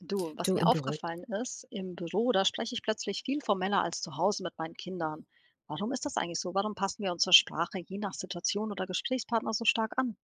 Du, was Du mir im Büro. aufgefallen ist, im Büro, da spreche ich plötzlich viel formeller als zu Hause mit meinen Kindern. Warum ist das eigentlich so? Warum passen wir unsere Sprache je nach Situation oder Gesprächspartner so stark an?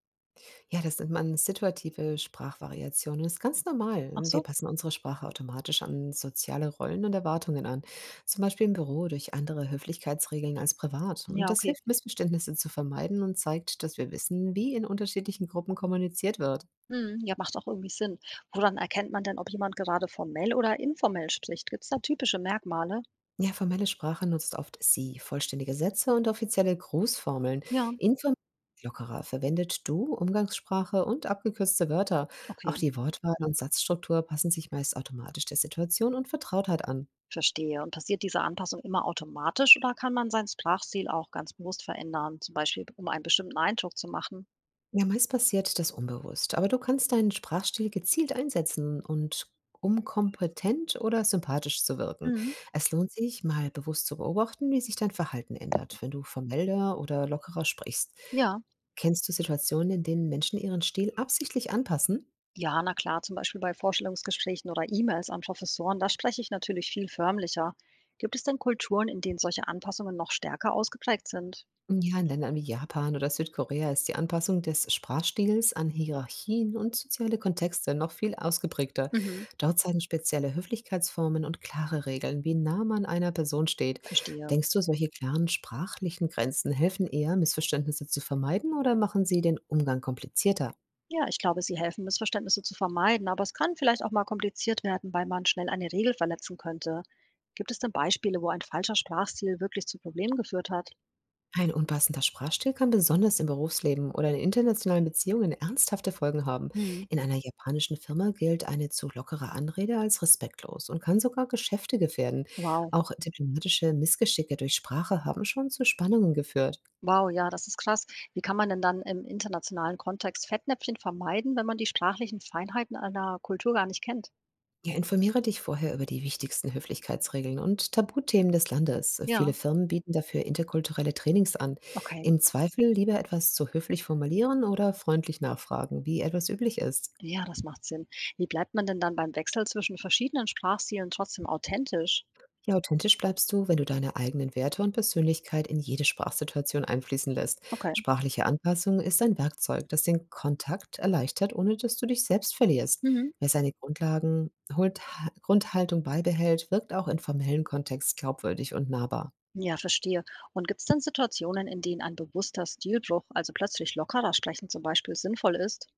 Ja, das nennt man situative Sprachvariation und das ist ganz normal. Ach Wir so? passen unsere Sprache automatisch an soziale Rollen und Erwartungen an. Zum Beispiel im Büro durch andere Höflichkeitsregeln als privat. Ja, Und das okay. hilft, Missverständnisse zu vermeiden und zeigt, dass wir wissen, wie in unterschiedlichen Gruppen kommuniziert wird. Hm, ja, macht auch irgendwie Sinn. Woran erkennt man denn, ob jemand gerade formell oder informell spricht? Gibt es da typische Merkmale? Ja, formelle Sprache nutzt oft Sie, vollständige Sätze und offizielle Grußformeln. Ja, Informell lockerer verwendet Du, Umgangssprache und abgekürzte Wörter. Auch okay. die Wortwahl und Satzstruktur passen sich meist automatisch der Situation und Vertrautheit an. Verstehe. Und passiert diese Anpassung immer automatisch oder kann man seinen Sprachstil auch ganz bewusst verändern, zum Beispiel um einen bestimmten Eindruck zu machen? Ja, meist passiert das unbewusst, aber du kannst deinen Sprachstil gezielt einsetzen und um kompetent oder sympathisch zu wirken. Hm, Es lohnt sich, mal bewusst zu beobachten, wie sich dein Verhalten ändert, wenn du formeller oder lockerer sprichst. ja. Kennst du Situationen, in denen Menschen ihren Stil absichtlich anpassen? Ja, na klar, zum Beispiel bei Vorstellungsgesprächen oder E-Mails an Professoren, da spreche ich natürlich viel förmlicher. Gibt es denn Kulturen, in denen solche Anpassungen noch stärker ausgeprägt sind? Ja, in Ländern wie Japan oder Südkorea ist die Anpassung des Sprachstils an Hierarchien und soziale Kontexte noch viel ausgeprägter. Mhm, Dort zeigen spezielle Höflichkeitsformen und klare Regeln, wie nah man einer Person steht. verstehe. Denkst du, solche klaren sprachlichen Grenzen helfen eher, Missverständnisse zu vermeiden oder machen sie den Umgang komplizierter? Ja, ich glaube, sie helfen, Missverständnisse zu vermeiden, aber es kann vielleicht auch mal kompliziert werden, weil man schnell eine Regel verletzen könnte. Gibt es denn Beispiele, wo ein falscher Sprachstil wirklich zu Problemen geführt hat? Ein unpassender Sprachstil kann besonders im Berufsleben oder in internationalen Beziehungen ernsthafte Folgen haben. Hm, In einer japanischen Firma gilt eine zu lockere Anrede als respektlos und kann sogar Geschäfte gefährden. wow. Auch diplomatische Missgeschicke durch Sprache haben schon zu Spannungen geführt. Wow, ja, das ist krass. Wie kann man denn dann im internationalen Kontext Fettnäpfchen vermeiden, wenn man die sprachlichen Feinheiten einer Kultur gar nicht kennt? Ja, informiere dich vorher über die wichtigsten Höflichkeitsregeln und Tabuthemen des Landes. Ja. Viele Firmen bieten dafür interkulturelle Trainings an. Okay, Im Zweifel lieber etwas zu höflich formulieren oder freundlich nachfragen, wie etwas üblich ist. ja, das macht Sinn. Wie bleibt man denn dann beim Wechsel zwischen verschiedenen Sprachstilen trotzdem authentisch? Ja, authentisch bleibst du, wenn du deine eigenen Werte und Persönlichkeit in jede Sprachsituation einfließen lässt. Okay, Sprachliche Anpassung ist ein Werkzeug, das den Kontakt erleichtert, ohne dass du dich selbst verlierst. mhm. Wer seine holt, Grundhaltung beibehält, wirkt auch in formellen Kontext glaubwürdig und nahbar. Ja, verstehe. Und gibt es denn Situationen, in denen ein bewusster Stilbruch, also plötzlich lockerer sprechen zum Beispiel, sinnvoll ist?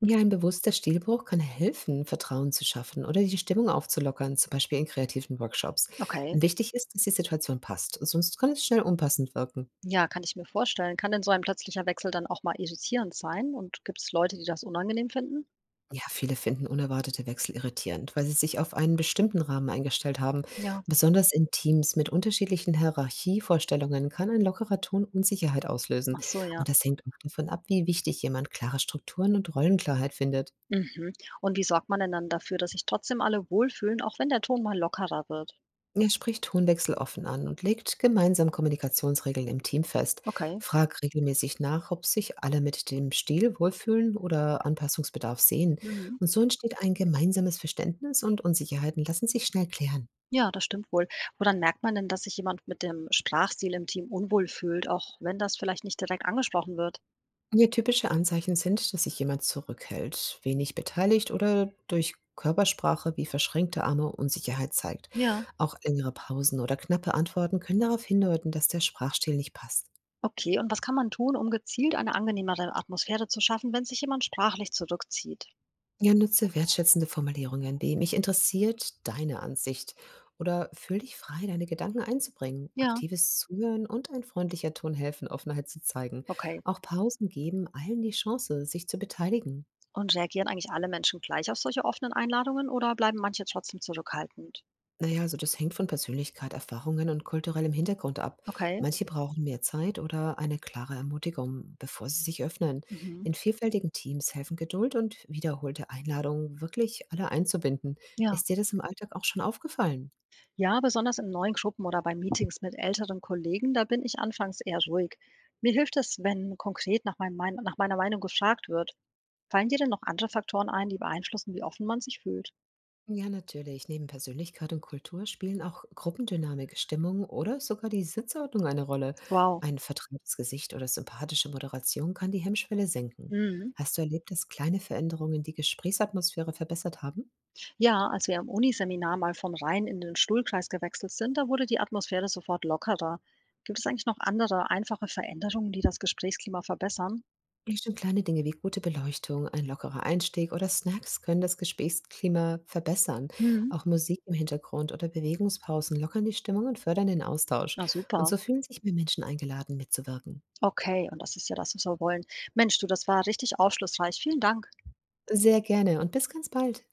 Ja, ein bewusster Stilbruch kann helfen, Vertrauen zu schaffen oder die Stimmung aufzulockern, zum Beispiel in kreativen Workshops. Okay, Wichtig ist, dass die Situation passt, sonst kann es schnell unpassend wirken. ja, kann ich mir vorstellen. Kann denn so ein plötzlicher Wechsel dann auch mal irritierend sein? Und gibt es Leute, die das unangenehm finden? Ja, viele finden unerwartete Wechsel irritierend, weil sie sich auf einen bestimmten Rahmen eingestellt haben. Ja, Besonders in Teams mit unterschiedlichen Hierarchievorstellungen kann ein lockerer Ton Unsicherheit auslösen. ach so, ja. Und das hängt oft davon ab, wie wichtig jemand klare Strukturen und Rollenklarheit findet. Mhm. Und wie sorgt man denn dann dafür, dass sich trotzdem alle wohlfühlen, auch wenn der Ton mal lockerer wird? Er spricht Tonwechsel offen an und legt gemeinsam Kommunikationsregeln im Team fest. Okay. Frag regelmäßig nach, ob sich alle mit dem Stil wohlfühlen oder Anpassungsbedarf sehen. Mhm. Und so entsteht ein gemeinsames Verständnis und Unsicherheiten lassen sich schnell klären. Ja, das stimmt wohl. Woran merkt man denn, dass sich jemand mit dem Sprachstil im Team unwohl fühlt, auch wenn das vielleicht nicht direkt angesprochen wird? Ja, typische Anzeichen sind, dass sich jemand zurückhält, wenig beteiligt oder durch Körpersprache wie verschränkte Arme Unsicherheit zeigt. Ja. Auch längere Pausen oder knappe Antworten können darauf hindeuten, dass der Sprachstil nicht passt. Okay, und was kann man tun, um gezielt eine angenehmere Atmosphäre zu schaffen, wenn sich jemand sprachlich zurückzieht? Ja, nutze wertschätzende Formulierungen wie mich interessiert deine Ansicht oder fühl dich frei, deine Gedanken einzubringen. Ja. Aktives Zuhören und ein freundlicher Ton helfen, Offenheit zu zeigen. Okay. Auch Pausen geben allen die Chance, sich zu beteiligen. Und reagieren eigentlich alle Menschen gleich auf solche offenen Einladungen oder bleiben manche trotzdem zurückhaltend? Naja, also das hängt von Persönlichkeit, Erfahrungen und kulturellem Hintergrund ab. Okay. Manche brauchen mehr Zeit oder eine klare Ermutigung, bevor sie sich öffnen. Mhm. In vielfältigen Teams helfen Geduld und wiederholte Einladungen, wirklich alle einzubinden. Ja. Ist dir das im Alltag auch schon aufgefallen? Ja, besonders in neuen Gruppen oder bei Meetings mit älteren Kollegen, da bin ich anfangs eher ruhig. Mir hilft es, wenn konkret nach meiner Meinung gefragt wird. Fallen dir denn noch andere Faktoren ein, die beeinflussen, wie offen man sich fühlt? Ja, natürlich. Neben Persönlichkeit und Kultur spielen auch Gruppendynamik, Stimmung oder sogar die Sitzordnung eine Rolle. Wow. Ein vertrautes Gesicht oder sympathische Moderation kann die Hemmschwelle senken. Mhm. Hast du erlebt, dass kleine Veränderungen die Gesprächsatmosphäre verbessert haben? Ja, als wir im Uniseminar mal von Reihen in den Stuhlkreis gewechselt sind, da wurde die Atmosphäre sofort lockerer. Gibt es eigentlich noch andere einfache Veränderungen, die das Gesprächsklima verbessern? Ja, schon kleine Dinge wie gute Beleuchtung, ein lockerer Einstieg oder Snacks können das Gesprächsklima verbessern. Mhm. Auch Musik im Hintergrund oder Bewegungspausen lockern die Stimmung und fördern den Austausch. Na Und super. so fühlen sich mehr Menschen eingeladen, mitzuwirken. Okay, und das ist ja das, was wir wollen. Mensch, du, das war richtig aufschlussreich. Vielen Dank. Sehr gerne und bis ganz bald.